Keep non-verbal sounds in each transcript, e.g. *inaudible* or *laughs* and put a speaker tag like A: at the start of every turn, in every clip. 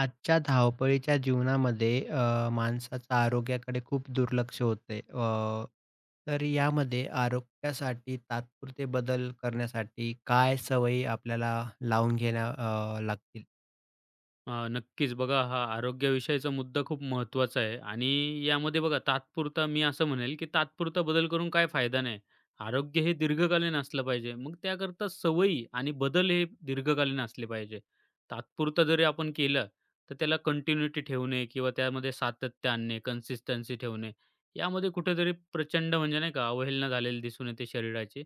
A: आजच्या धावपळीच्या जीवनामध्ये माणसाचं आरोग्याकडे खूप दुर्लक्ष होते. तर यामध्ये आरोग्यासाठी तात्पुरते बदल करण्यासाठी काय सवयी आपल्याला लावून घेण्या लागतील?
B: नक्कीच. बघा, हा आरोग्याविषयीचा मुद्दा खूप महत्त्वाचा आहे आणि यामध्ये बघा तात्पुरता मी असं म्हणेल, की तात्पुरता बदल करून काय फायदा नाही. आरोग्य हे दीर्घकालीन असलं पाहिजे. मग त्याकरता सवयी आणि बदल हे दीर्घकालीन असले पाहिजे. तात्पुरता जरी आपण केलं, तर त्याला कंटिन्यूटी ठेवणे किंवा त्यामध्ये सातत्य आणणे, कन्सिस्टन्सी ठेवणे, यामध्ये कुठेतरी प्रचंड म्हणजे नाही का अवहेलना झालेली दिसून येते शरीराची.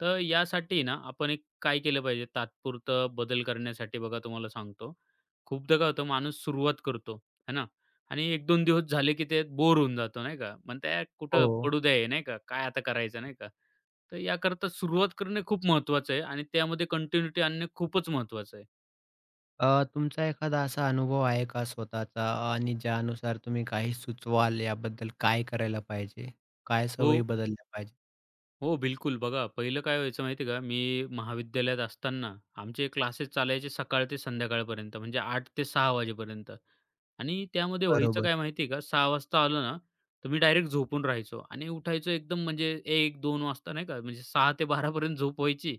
B: तर यासाठी ना आपण एक काय केलं पाहिजे तात्पुरतं बदल करण्यासाठी बघा तुम्हाला सांगतो, खूपदा काय होतं माणूस सुरुवात करतो, है ना? आणि 1-2 दिवस झाले की ते बोर होऊन जातो, नाही का? म्हणतो "यार कुठं
A: हो.
B: पडू द्या हे, नाही का? काय आता करायचं?" नाही का? तर याकरता सुरुवात करणे खूप महत्त्वाचं आहे आणि त्यामध्ये कंटिन्यूटी आणणे खूपच महत्त्वाचं आहे.
A: तुमचा एखादा असा अनुभव आहे का स्वतःचा आणि ज्यानुसार तुम्ही काही सुचवाल याबद्दल काय करायला पाहिजे? काय
B: हो,
A: सवयी बदलल्या पाहिजे?
B: हो, बिलकुल. बघा पहिलं काय व्हायचं माहिती आहे का? मी महाविद्यालयात असताना आमचे क्लासेस चालायचे सकाळ ते संध्याकाळपर्यंत म्हणजे 8 ते 6 वाजेपर्यंत. आणि त्यामध्ये व्हायचं
A: बरोबर.
B: काय माहिती आहे का, 6 वाजता आलो ना, तर मी डायरेक्ट झोपून राहायचो आणि उठायचो एकदम म्हणजे एक दोन वाजता नाही का, म्हणजे 6 ते 12 पर्यंत झोप व्हायची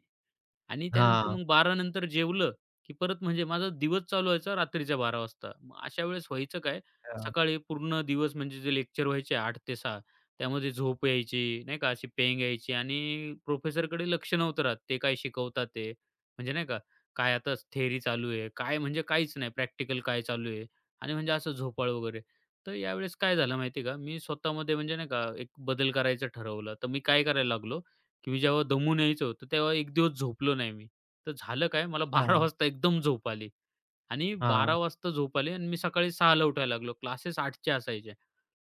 B: आणि त्यानंतर
A: हां.
B: मग 12 नंतर जेवलं, की परत म्हणजे माझा दिवस चालू व्हायचा रात्रीच्या 12 वाजता. मग अशा वेळेस व्हायचं काय, सकाळी पूर्ण दिवस म्हणजे जे लेक्चर व्हायचे 8 ते 6 त्यामध्ये झोप यायची, नाही का, अशी पेंग यायची आणि प्रोफेसरकडे लक्ष नव्हतं राहत. ते काय शिकवतात ते, म्हणजे नाही का, काय आता थेअरी चालू आहे, काय म्हणजे काहीच नाही, प्रॅक्टिकल काय चालू आहे आणि म्हणजे असं झोपाळ वगैरे. तर यावेळेस काय झालं माहिती आहे का, मी स्वतःमध्ये म्हणजे नाही का, एक बदल करायचं ठरवलं. तर मी काय करायला लागलो की मी जेव्हा दमून यायचो, तर तेव्हा एक दिवस झोपलो नाही मी. तर झालं काय मला *laughs* 12
A: अच्छा.
B: वाजता एकदम झोप आली आणि 12
A: हां.
B: वाजता झोप आली आणि मी सकाळी 6 उठायला लागलो. क्लासेस 8 असायचे.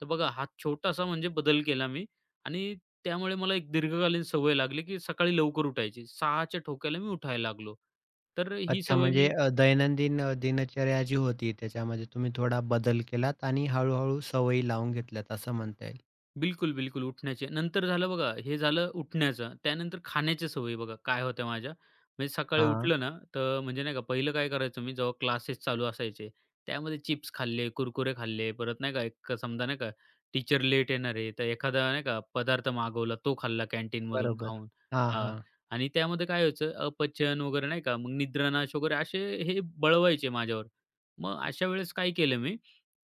B: तर बघा हा छोटासा म्हणजे बदल केला मी आणि त्यामुळे मला एक दीर्घकालीन सवय लागली, की सकाळी लवकर उठायची. 6 ठोक्याला मी उठायला लागलो. तर ही
A: अच्छा,
B: सवय
A: म्हणजे
B: मी
A: दैनंदिन दिनचर्या जी होती त्याच्यामध्ये तुम्ही थोडा बदल केलात आणि हळू-हळू सवयी लावून घेतल्यात असं म्हणता येईल.
B: बिलकुल, बिलकुल. उठण्याचे. नंतर झालं बघा, हे झालं उठण्याचं. त्यानंतर खाण्याच्या सवयी बघा काय होत्या माझ्या. म्हणजे सकाळी
A: हां,
B: उठलं ना, तर म्हणजे नाही का पहिलं काय करायचो मी जेव्हा क्लासेस चालू असायचे, त्यामध्ये चिप्स खाल्ले, कुरकुरे खाल्ले, परत नाही का एक समजा नाही का टीचर लेट येणार आहे, तर एखादा नाही का पदार्थ मागवला, तो खाल्ला कॅन्टीनमधून
A: बरोबर.
B: खाऊन.
A: हां,
B: हां.
A: हां.
B: आणि त्यामध्ये काय व्हायचं अपचन वगैरे नाही का, मग निद्रानाश वगैरे असे हे बळवायचे माझ्यावर. मग अशा वेळेस काय केलं मी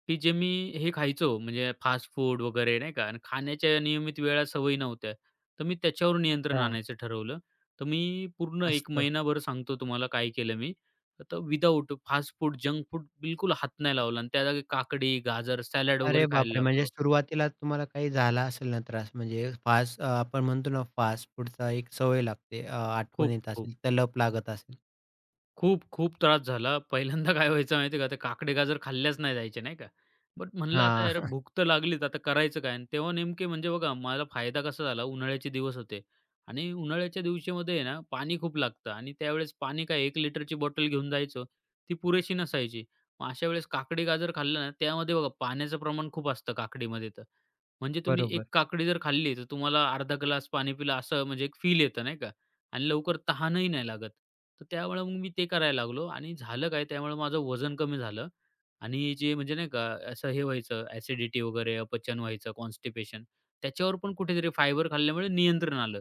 B: की जे मी हे खायचो म्हणजे फास्ट फूड वगैरे नाही का आणि खाण्याच्या नियमित वेळा सवयी नव्हत्या. तर मी त्याच्यावर नियंत्रण
A: हां.
B: आणायचं ठरवलं. तर मी पूर्ण 1
A: मस्त.
B: महिनाभर सांगतो तुम्हाला काय केलं मी. तर without fast food, junk food बिलकुल हात नाही लावला आणि त्या जागी काकडी, गाजर, सॅलड
A: अरे
B: वगैरे खायला
A: बापरे! म्हणजे
B: लागलो.
A: सुरुवातीला तुम्हाला काही झाला असेल ना त्रास म्हणजे आपण म्हणतो ना फास्ट फूडचा एक सवय लागते. आठवण
B: खूप,
A: येत
B: खूप.
A: असेल, तलप लागत असेल.
B: खूप, खूप त्रास झाला. पहिल्यांदा काय व्हायचं माहिती का, ते काकडे-गाजर खाल्ल्याच नाही जायचे नाही का. बट म्हणलं आता
A: हां.
B: यार
A: *laughs*
B: भूक तर लागलीच, आता करायचं काय? आणि तेव्हा नेमके म्हणजे बघा मला फायदा कसा झाला, उन्हाळ्याचे दिवस होते आणि उन्हाळ्याच्या दिवशीमध्ये आहे ना पाणी खूप लागतं आणि त्यावेळेस पाणी काय 1 लिटरची बॉटल घेऊन जायचो, ती पुरेशी नसायची. मग अशा वेळेस काकडी-गाजर खाल्लं ना, त्यामध्ये बघा पाण्याचं प्रमाण खूप असतं काकडीमध्ये तर. म्हणजे तुम्ही 1
A: बरोबर.
B: काकडी जर खाल्ली, तर तुम्हाला अर्धा ग्लास पाणी पिलं असं म्हणजे एक फील येतं नाही का. आणि लवकर तहानही नाही लागत. तर त्यावेळेला मग मी ते करायला लागलो आणि झालं काय त्यामुळे माझं वजन कमी झालं आणि जे म्हणजे नाही का असं हे व्हायचं ॲसिडिटी वगैरे, अपचन व्हायचं, कॉन्स्टिपेशन त्याच्यावर पण कुठेतरी फायबर खाल्ल्यामुळे नियंत्रण आलं.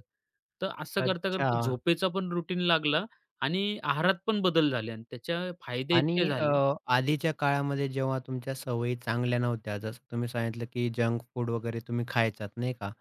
B: तर असं
A: अच्छा.
B: करता-करता झोपेचा पण रुटीन लागला आणि आहारात पण बदल झाले आणि त्याचे फायदे
A: आणि
B: इतके झाले.
A: आधीच्या काळामध्ये जेव्हा तुमच्या सवयी चांगल्या नव्हत्या, जसं तुम्ही सांगितलं, की जंक फूड वगैरे तुम्ही खायचात, नाही का?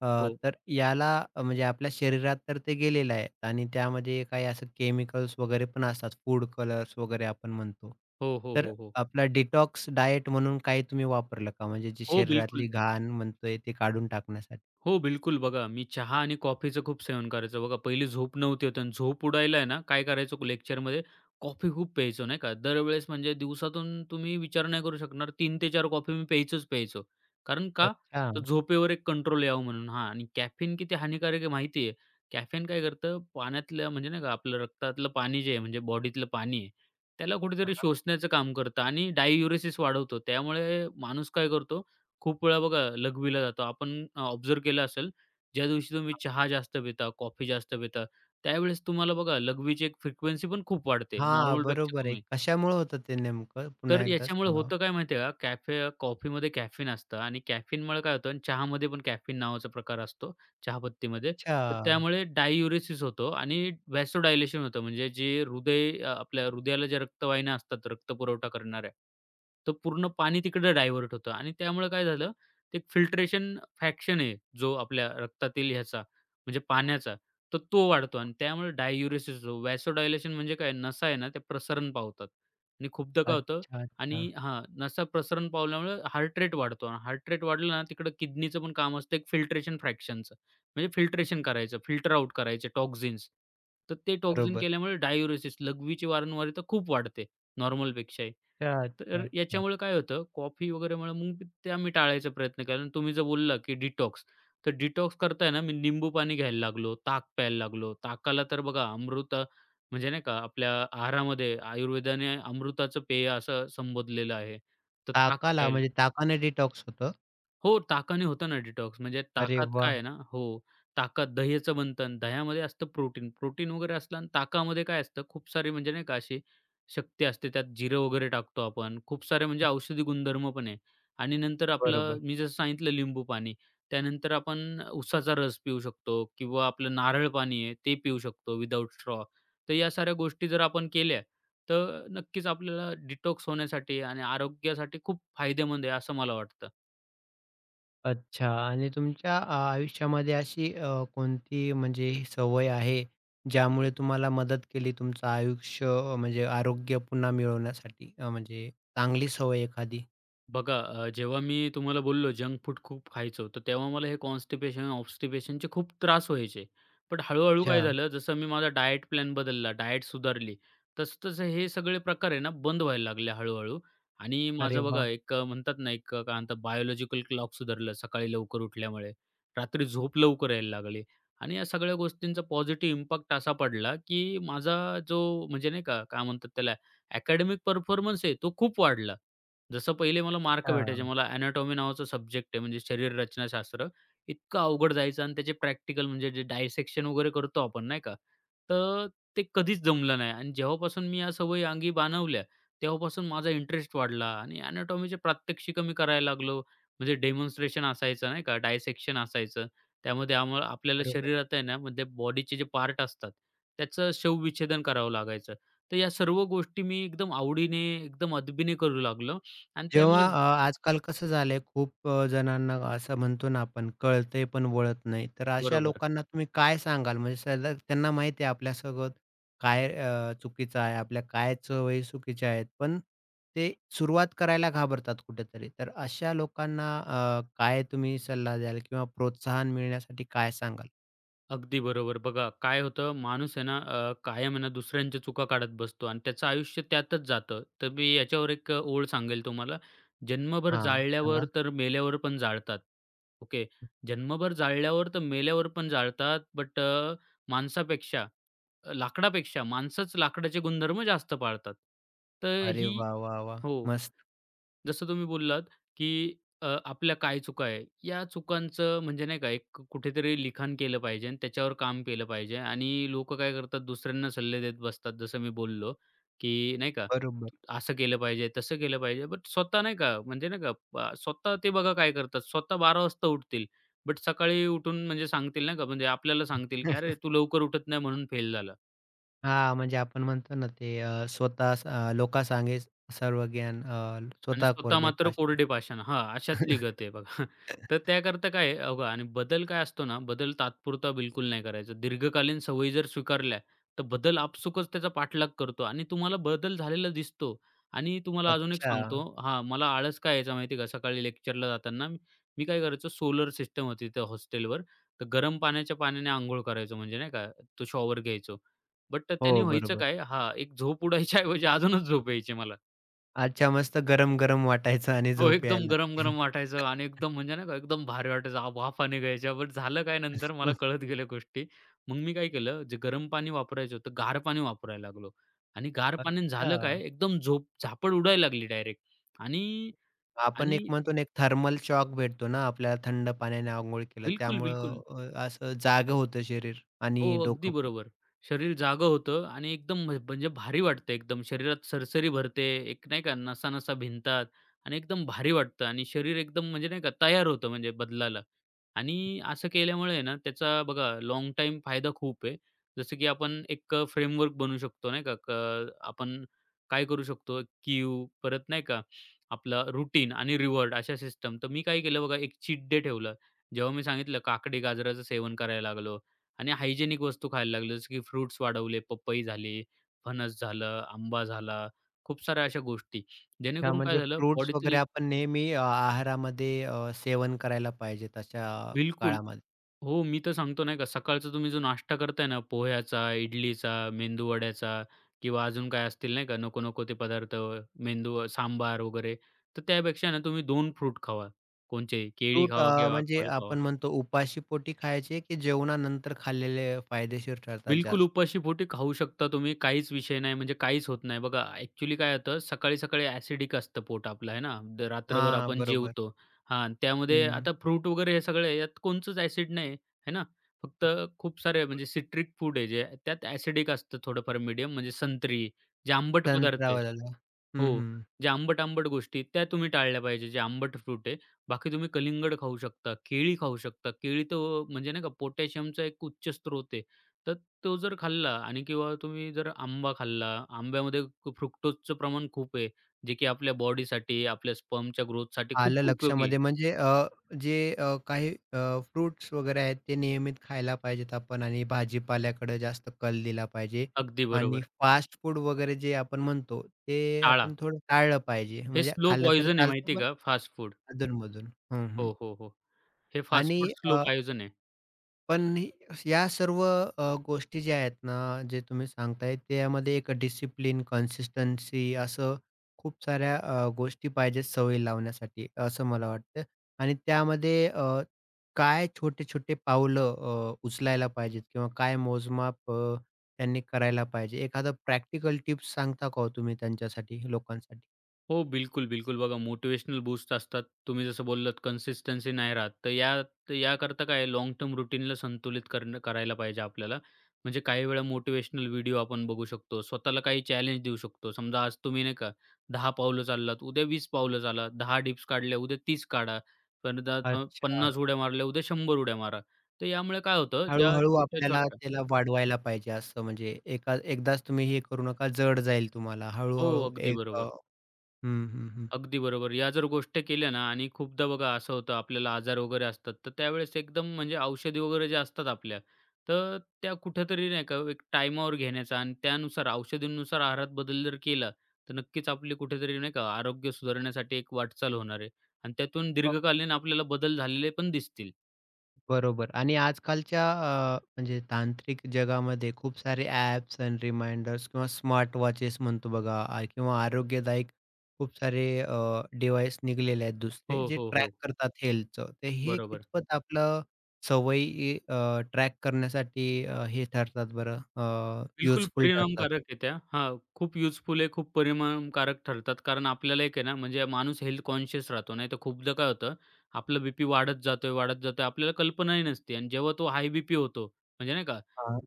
A: अ,
B: हो.
A: तर याला अ, म्हणजे आपल्या शरीरात तर ते गेलेलं आहे आणि त्यामध्ये काही असं केमिकल्स वगैरे पण असतात, फूड कलर्स वगैरे आपण म्हणतो.
B: हो, हो,
A: तर
B: हो, हो.
A: आपला डिटॉक्स डाएट म्हणून काही तुम्ही वापरलं का? म्हणजे जी
B: हो,
A: शरीरातली
B: बिलकुल.
A: घाण म्हणतोय ते काढून टाकण्यासाठी?
B: हो, बिलकुल. बघा, मी चहा आणि कॉफीचं खूप सेवन करायचो. बघा, पहिली झोप नव्हती होत आणि झोप उडायला आहे ना, काय करायचो लेक्चरमध्ये कॉफी खूप प्यायचो, नाही का. दरवेळेस म्हणजे दिवसातून तुम्ही विचार नाही करू शकणार तीन ते चार कॉफी मी प्यायचोच प्यायचो. कारण का?
A: अच्छा.
B: तर झोपेवर एक कंट्रोल यावं म्हणून. हां आणि कॅफेन किती हानिकारक आहे माहिती आहे. कॅफेन काय करतं पाण्यातलं म्हणजे नाही का आपलं रक्तातलं पाणी जे आहे म्हणजे बॉडीतलं पाणी आहे, त्याला कुठेतरी
A: हां,
B: शोषण्याचं काम करतं आणि डाययुरेसिस वाढवतो. त्यामुळे माणूस काय करतो खूप वेळा बघा लघवीला जातो. आपण ऑब्झर्व्ह केलं असेल, ज्या दिवशी तुम्ही चहा जास्त पिता, कॉफी जास्त पिता, त्यावेळेस तुम्हाला बघा लघवीची एक फ्रिक्वेन्सी पण खूप वाढते
A: हां,
B: नॉर्मलपेक्षा
A: बरोबर आहे.
B: तुम्ही.
A: कशामुळे होतं ते नेमकं?
B: तर
A: पुन्हा एकदा
B: याच्यामुळे
A: सांगा.
B: होतं काय माहिती का, कॅफे कॉफीमध्ये कॅफीन असतं आणि कॅफीनमुळे काय होतं आणि चहामध्ये पण कॅफीन नावाचा प्रकार असतो चहापत्तीमध्ये.
A: अच्छा.
B: तर त्यामुळे डाययुरेसिस होतो आणि व्हॅसोडायलेशन होतं. म्हणजे जे हृदय आपल्या हृदयाला ज्या रक्तवाहिन्या असतात रक्तपुरवठा करणाऱ्या, तर पूर्ण पाणी तिकडे डायव्हर्ट होतं आणि त्यामुळे काय झालं, ते फिल्ट्रेशन फॅक्शन आहे जो आपल्या रक्तातील ह्याचा म्हणजे पाण्याचा, तर तो वाढतो आणि त्यामुळे डाययुरेसिस होतो. व्हॅसोडायलेशन म्हणजे काय, नसा आहे ना, ते प्रसरण पावतात आणि खूपदा काय होतं
A: अच्छा, अच्छा.
B: आणि हां, नसा प्रसरण पावल्यामुळे हार्ट रेट वाढतो आणि हार्ट रेट वाढलं ना, तिकडं किडनीचं पण काम असतं एक फिल्ट्रेशन फ्रॅक्शनचं. म्हणजे फिल्ट्रेशन करायचं, फिल्टर आउट करायचे टॉक्झिन्स. तर ते टॉक्झिन
A: बरोबर.
B: केल्यामुळे डायुरेसिस, लघवीची वारंवारता खूप वाढते नॉर्मलपेक्षाही.
A: अच्छा,
B: तर
A: अच्छा, अच्छा.
B: याच्यामुळे काय होतं, कॉफी वगैरेमुळे मग त्या मी टाळायचा प्रयत्न केला आणि तुम्ही जर बोलला की डिटॉक्स, तर डिटॉक्स करताय ना, मी लिंबू पाणी घ्यायला लागलो, ताक प्यायला लागलो. ताकाला तर बघा अमृत म्हणजे नाही का आपल्या आहारामध्ये आयुर्वेदाने अमृताचं पेय असं संबोधलेलं आहे. तर ताक
A: ताकाला
B: प्यायला
A: म्हणजे ताकाने डिटॉक्स होतं.
B: हो, ताकाने होतं ना डिटॉक्स. म्हणजे
A: अरे
B: ताकात
A: वा.
B: काय आहे ना हो, ताकात दह्याचं बनतं. दह्यामध्ये असतं प्रोटीन. प्रोटीन वगैरे असलं आणि ताकामध्ये काय असतं, खूप सारी म्हणजे नाही का अशी शक्ती असते. त्यात जिरं वगैरे टाकतो आपण. खूप सारे म्हणजे औषधी गुणधर्म पण आहे. आणि नंतर आपलं
A: बरोबर.
B: मी जसं सांगितलं लिंबू पाणी. त्यानंतर आपण उसाचा रस पिऊ शकतो किंवा आपलं नारळ पाणी आहे ते पिऊ शकतो विदाऊट स्ट्रॉ. तर या साऱ्या गोष्टी जर आपण केल्या, तर नक्कीच आपल्याला डिटॉक्स होण्यासाठी आणि आरोग्यासाठी खूप फायदेमंद आहे असं मला वाटतं.
A: अच्छा आणि तुमच्या आयुष्यामध्ये अशी कोणती म्हणजे सवय आहे, ज्यामुळे तुम्हाला मदत केली तुमचं आयुष्य म्हणजे आरोग्य पुन्हा मिळवण्यासाठी? म्हणजे चांगली सवय एखादी?
B: बघा जेव्हा मी तुम्हाला बोललो जंक फूड खूप खायचो, तर तेव्हा मला हे कॉन्स्टिपेशन, ऑब्स्टिपेशनचे खूप त्रास व्हायचे. पण हळू-हळू काय
A: अच्छा.
B: झालं, जसं मी माझा डायट प्लॅन बदलला, डायट सुधारली, तसं-तसं हे सगळे प्रकार आहे ना बंद व्हायला लागले हळू आणि
A: अरे
B: माझं
A: वा.
B: बघा एक म्हणतात ना एक काय म्हणतात बायोलॉजिकल क्लॉक सुधारलं सकाळी लवकर उठल्यामुळे. रात्री झोप लवकर यायला लागली आणि या सगळ्या गोष्टींचा पॉझिटिव्ह इम्पॅक्ट असा पडला, की माझा जो म्हणजे नाही का, काय म्हणतात त्याला, अकॅडमिक परफॉर्मन्स आहे तो खूप वाढला. जसं पहिले मला मार्क भेटायचे.
A: हां,
B: मला एनाटॉमी नावाचा सब्जेक्ट आहे म्हणजे शरीर रचनाशास्त्र. इतकं अवघड जायचं आणि त्याचे प्रॅक्टिकल म्हणजे जे डायसेक्शन वगैरे करतो आपण नाही का, तर ते कधीच जमलं नाही आणि जेव्हापासून मी या सवयी अंगी बाणवल्या, तेव्हापासून माझा इंटरेस्ट वाढला आणि एनाटॉमीचे प्रात्यक्षिकं मी करायला लागलो. म्हणजे डेमॉन्स्ट्रेशन असायचं नाही का, डायसेक्शन असायचं. त्यामध्ये आम्हाला आपल्याला
A: बरोबर.
B: शरीरात आहे ना, म्हणजे बॉडीचे जे पार्ट असतात, त्याचं शवविच्छेदन करावं लागायचं. तर या सर्व गोष्टी मी एकदम आवडीने, एकदम अदबीने करू लागलो. आणि
A: जेव्हा
B: त्यामुळेच
A: अ, आजकाल कसं झालंय खूप जणांना असं म्हणतो ना आपण कळतंय पण वळत नाही. तर अशा
B: बरोबर.
A: लोकांना तुम्ही काय सांगाल? म्हणजे सलग त्यांना माहिती आहे आपल्यासोबत काय चुकीचं आहे, आपल्या काय सवयी चुकीच्या आहेत. पण ते सुरुवात करायला घाबरतात कुठेतरी. तर अशा लोकांना काय तुम्ही सल्ला द्याल किंवा प्रोत्साहन मिळण्यासाठी काय सांगाल?
B: अगदी बरोबर. बघा काय होतं माणूस आहे ना कायम आहे ना दुसऱ्यांच्या चुका काढत बसतो आणि त्याचं आयुष्य त्यातच जातं. तर मी याच्यावर एक ओळ सांगेल तुम्हाला. जन्मभर
A: हां, सांगा.
B: जाळल्यावर तर मेल्यावर पण जाळतात. ओके. जन्मभर जाळल्यावर तर मेल्यावर पण जाळतात. बट माणसापेक्षा, लाकडापेक्षा माणसंच लाकडाचे गुणधर्म जास्त पाळतात. तर
A: अरे
B: ही
A: वाह, वाह, वाह!
B: हो.
A: मस्त.
B: जसं तुम्ही बोललात, की आपल्या काय चुका आहे? या चुकांचं म्हणजे नाही का एक कुठेतरी लिखाण केलं पाहिजे आणि त्याच्यावर काम केलं पाहिजे आणि लोकं काय करतात दुसऱ्यांना सल्ले देत बसतात. जसं मी बोललो, की नाही का
A: बरोबर.
B: असं केलं पाहिजे, तसं केलं पाहिजे. बट स्वतः नाही का म्हणजे नाही का स्वतः ते बघा काय करतात. स्वतः 12:00 वाजता उठतील. बट सकाळी उठून म्हणजे सांगतील नाही का म्हणजे आपल्याला सांगतील, की "अरे, तू लवकर उठत नाही म्हणून फेल झाला."
A: हां, म्हणजे आपण म्हणतो ना ते अ, स्वतः स- अ, "लोका सांगे सर्व ज्ञान,
B: आणि
A: स्वतः
B: स्वतः
A: कोरडे
B: मात्र
A: पाषाण."
B: कोरडे पाषाण. हां, अशातली गत आहे बघा. *laughs* तर
A: *laughs*
B: त्याकरता काय आहे, बघा आणि बदल काय असतो ना, बदल तात्पुरता बिलकुल नाही करायचा. दीर्घकालीन सवयी जर स्वीकारल्या, तर बदल आपसुकच त्याचा पाठलाग करतो आणि तुम्हाला बदल झालेला दिसतो. आणि तुम्हाला अजून एक
A: अच्छा.
B: सांगतो हां, मला आळस काय यायचा माहिती का, सकाळी लेक्चरला जाताना मी मी काय करायचो, सोलर सिस्टम होती तिथं हॉस्टेलवर. तर गरम पाण्याच्या पाण्याने अंघोळ करायचो म्हणजे नाही का, तो शॉवर घ्यायचो. बट त्याने
A: हो,
B: व्हायचं
A: बरोबर.
B: काय हां, एक झोप उडायच्या ऐवजी अजूनच झोप यायची मला.
A: अच्छा, मस्त गरम-गरम वाटायचं आणि
B: हो,
A: झोप
B: एकदम
A: यायला लागते.
B: गरम-गरम वाटायचं आणि एकदम म्हणजे नाही का एकदम भारी वाटायचं. वाफा निघायच्या. बट झालं काय नंतर मला
A: *laughs*
B: कळत गेल्या गोष्टी. मग मी काय केलं, जे गरम पाणी वापरायचं होतं, गार पाणी वापरायला लागलो आणि गार पाण्याने
A: अच्छा.
B: झालं काय, एकदम झोप झापड उडायला लागली डायरेक्ट आणि
A: आपण
B: आणि
A: एक म्हणतो ना, एक थर्मल शॉक भेटतो ना आपल्याला थंड पाण्याने अंघोळ केलं.
B: बिलकुल,
A: त्यामुळं
B: बिलकुल.
A: अ, असं जागं होतं शरीर आणि
B: हो, अगदी
A: डोकं पण.
B: बरोबर. शरीर जागं होतं आणि एकदम म्हणजे भारी वाटतं एकदम. शरीरात सरसरी भरते, एक नाही का नसा-नसा भिनतात आणि एकदम भारी वाटतं आणि शरीर एकदम म्हणजे नाही का तयार होतं म्हणजे बदलाला. आणि असं केल्यामुळे आहे ना त्याचा बघा लाँग टाईम फायदा खूप आहे. जसं की आपण एक फ्रेमवर्क बनवू शकतो नाही का आपण काय करू शकतो क्यू परत नाही का आपला रुटीन आणि रिवॉर्ड अशा सिस्टम. तर मी काय केलं बघा एक चीट डे ठेवला. जेव्हा मी सांगितलं काकडी, गाजराचं सेवन करायला लागलो. आणि हायजेनिक वस्तू खायला लागलो, जसं की फ्रुट्स वाढवले, पपई झाली, फणस झालं, आंबा झाला, खूप साऱ्या अशा गोष्टी.
A: हां,
B: जेणेकरून काय
A: म्हणजे
B: झालं
A: फ्रुट्स वगैरे
B: बॉडीतली.
A: आपण नेहमी आहारामध्ये सेवन करायला पाहिजेत अशा
B: बिलकुल.
A: काळामध्ये.
B: हो, मी तर सांगतो नाही का सकाळचा तुम्ही जो नाश्ता करताय ना पोह्याचा, इडलीचा, मेंदू वड्याचा किंवा अजून काय असतील नाही का नको-नको ते पदार्थ मेंदू सांबार वगैरे. तर त्यापेक्षा ना तुम्ही 2 फ्रूट खावा. कोणचेही केळी खावा किंवा
A: म्हणजे
B: ॲपल खावा.
A: आपण म्हणतो उपाशी पोटी खायचे, की जेवणानंतर खाल्लेले फायदेशीर ठरतात
B: बिलकुल,
A: जास्त?
B: उपाशी पोटी खाऊ शकता तुम्ही. काहीच विषय नाही, म्हणजे काहीच होत नाही. बघा, ॲक्चुअली काय होतं, सकाळी-सकाळी ॲसिडिक असतं पोट आपलं, आहे ना? रात्रभर
A: हां,
B: आपण
A: बरोबर.
B: जेवतो. हां, आणि त्यामध्ये
A: हं.
B: आता फ्रूट वगैरे हे सगळे यात कोणचंच ॲसिड नाही, है ना? फक्त खूप सारे म्हणजे सिट्रिक फूड आहे जे त्यात ॲसिडिक असतं थोडंफार मीडियम, म्हणजे संत्री, जे आंबट पदार्थ
A: संत्रा
B: आहे.
A: वाला.
B: हो,
A: हं, हं.
B: जे आंबट-आंबट गोष्टी आहेत, त्या तुम्ही टाळल्या पाहिजे, जे आंबट फ्रूट आहे. बाकी तुम्ही कलिंगड खाऊ शकता, केळी खाऊ शकता. केळी तर म्हणजे नाही का पोटॅशियमचा एक उच्च स्रोत आहे. तर तो जर खाल्ला आणि किंवा तुम्ही जर आंबा खाल्ला, आंब्यामध्ये फ्रुक्टोजचं प्रमाण खूप आहे, जे की आपल्या बॉडीसाठी, आपल्या स्पर्मच्या ग्रोथसाठी खूप
A: आलं
B: उपयोगी आहे.
A: लक्षामध्ये. म्हणजे जे फ्रुट्स वगैरे आहेत ते नियमित खायला पाहिजेत आपण आणि भाजीपाल्याकडे जास्त कल दिला पाहिजे
B: अगदी
A: आणि
B: बरोबर.
A: फास्ट फूड वगैरे जे आपण म्हणतो ते
B: टाळा.
A: आपण थोडं टाळलं पाहिजे.
B: हे
A: म्हणजे
B: स्लो
A: खाल्लं तर
B: पॉइझन आहे माहिती
A: चालतं
B: आहे
A: पण
B: का फास्ट फूड.
A: अधून हं, हं.
B: हो, हो, हो. हे फास्ट
A: आणि
B: फूड स्लो
A: अ
B: पॉइझन आहे.
A: पण हे- या सर्व गोष्टी ज्या आहेत ना, जे तुम्ही सांगताय त्यामध्ये एक डिसिप्लिन, कन्सिस्टन्सी असं खूप साऱ्या गोष्टी पाहिजेत सवयी लावण्यासाठी, असं मला वाटतं. आणि त्यामध्ये काय छोटे-छोटे पावलं उचलायला पाहिजेत किंवा काय मोजमाप त्यांनी करायला पाहिजे? एखादं प्रॅक्टिकल टिप्स सांगता का हो तुम्ही त्यांच्यासाठी, लोकांसाठी?
B: हो, बिलकुल, बिलकुल. बघा मोटिव्हेशनल बूस्ट असतात. तुम्ही जसं बोललात कन्सिस्टन्सी नाही राहत. तर याकरता काय आहे लाँग टर्म रूटीनला संतुलित करणं करायला पाहिजे आपल्याला. म्हणजे काही वेळा मोटिवेशनल व्हिडिओ आपण बघू शकतो. स्वतःला काही चॅलेंज देऊ शकतो. समजा आज तुम्ही नाही का 10 पावलं चाललात, उद्या 20 पावलं चाला. 10 डिप्स काढल्या, उद्या 30 काढा.
A: अच्छा.
B: 50 उड्या मारल्या, उद्या 100 उड्या मारा. तर यामुळे काय होतं ज्या
A: हळू-हळू आपल्याला
B: छोट्या-छोट्या.
A: त्याला वाढवायला पाहिजे असं म्हणजे एका एकदाच तुम्ही हे करू नका जड जाईल तुम्हाला.
B: हो, अगदी बरोबर.
A: हं, हं, हं.
B: अगदी बरोबर. या जर गोष्टी केल्या ना आणि खूपदा बघा असं होतं आपल्याला आजार वगैरे असतात, तर त्यावेळेस एकदम म्हणजे औषधी वगैरे जे असतात आपल्या, तर त्या कुठेतरी नाही का एक टाईमावर घेण्याचा आणि त्यानुसार औषधींनुसार आहारात बदल जर केला, तर नक्कीच आपली कुठेतरी नाही का आरोग्य सुधारण्यासाठी एक वाटचाल होणार आहे आणि त्यातून
A: हो.
B: दीर्घकालीन आपल्याला बदल झालेले पण दिसतील.
A: बरोबर आणि आजकालच्या म्हणजे तांत्रिक जगामध्ये खूप सारे ॲप्स आणि रिमाइंडर्स किंवा स्मार्ट वॉचेस म्हणतो बघा आ किंवा आरोग्यदायक खूप सारे डिव्हाइस निघालेले आहेत दुसरे
B: हो,
A: जे
B: हो,
A: ट्रॅक
B: हो.
A: करतात हेल्थचं. तर हे
B: बरोबर.
A: कितपत आपलं सवयी ट्रॅक करण्यासाठी हे ठरतात बरं
B: बिलकुल
A: युजफुल ठरतात?
B: परिणामकारक आहे त्या. हां, खूप युजफुल आहे, खूप परिणामकारक ठरतात. कारण आपल्याला एक आहे ना, म्हणजे माणूस हेल्थ कॉन्शियस राहतो. नाहीतर खूपदा काय होतं, आपलं बीपी वाढत जातोय. आपल्याला कल्पनाही नसते आणि जेव्हा तो हाय बीपी होतो, म्हणजे नाही का,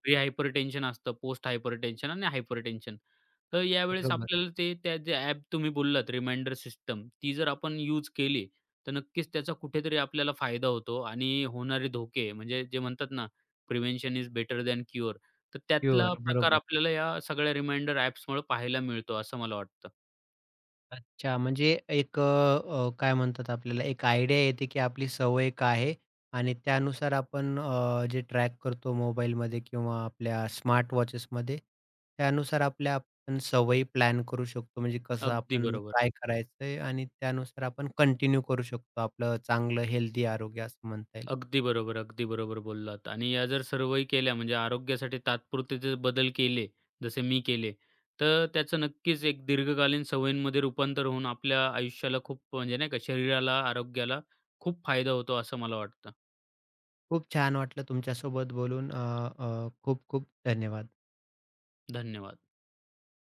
B: प्री हायपरटेन्शन असतं, पोस्ट हायपरटेन्शन आणि हायपरटेन्शन. तर यावेळेस
A: बरोबर.
B: आपल्याला ते त्या जे ॲप तुम्ही बोललात रिमाइंडर सिस्टम, ती जर आपण यूज केली, तर नक्कीच त्याचा कुठेतरी आपल्याला फायदा होतो आणि होणारे धोके म्हणजे जे म्हणतात ना, prevention is better than cure. तर त्यातला
A: प्युअर,
B: प्रकार
A: बरोबर.
B: आपल्याला या सगळ्या रिमाइंडर ॲप्समुळे पाहायला मिळतो, असं मला वाटतं.
A: अच्छा, म्हणजे एक अ, अ, काय म्हणतात आपल्याला एक आयडिया येते, की आपली सवय काय आहे आणि त्यानुसार आपण जे ट्रॅक करतो मोबाईलमध्ये किंवा आपल्या स्मार्ट वॉचेसमध्ये, त्यानुसार आपल्या आपण सवयी प्लॅन करू शकतो. म्हणजे कसं
B: अगदी
A: आपण
B: बरोबर.
A: काय करायचंय आणि त्यानुसार आपण कंटिन्यू करू शकतो आपलं चांगलं हेल्दी आरोग्य असं म्हणता येईल.
B: अगदी बरोबर बोललात आणि या जर सर्वही केल्या म्हणजे आरोग्यासाठी तात्पुरते जर बदल केले, जसे मी केले, तर त्याचं नक्कीच एक दीर्घकालीन सवयींमध्ये रूपांतर होऊन आपल्या आयुष्याला खूप म्हणजे नाही का शरीराला, आरोग्याला खूप फायदा होतो असं मला वाटतं.
A: खूप छान वाटलं तुमच्यासोबत बोलून. अ, अ, खूप खूप धन्यवाद.
B: धन्यवाद.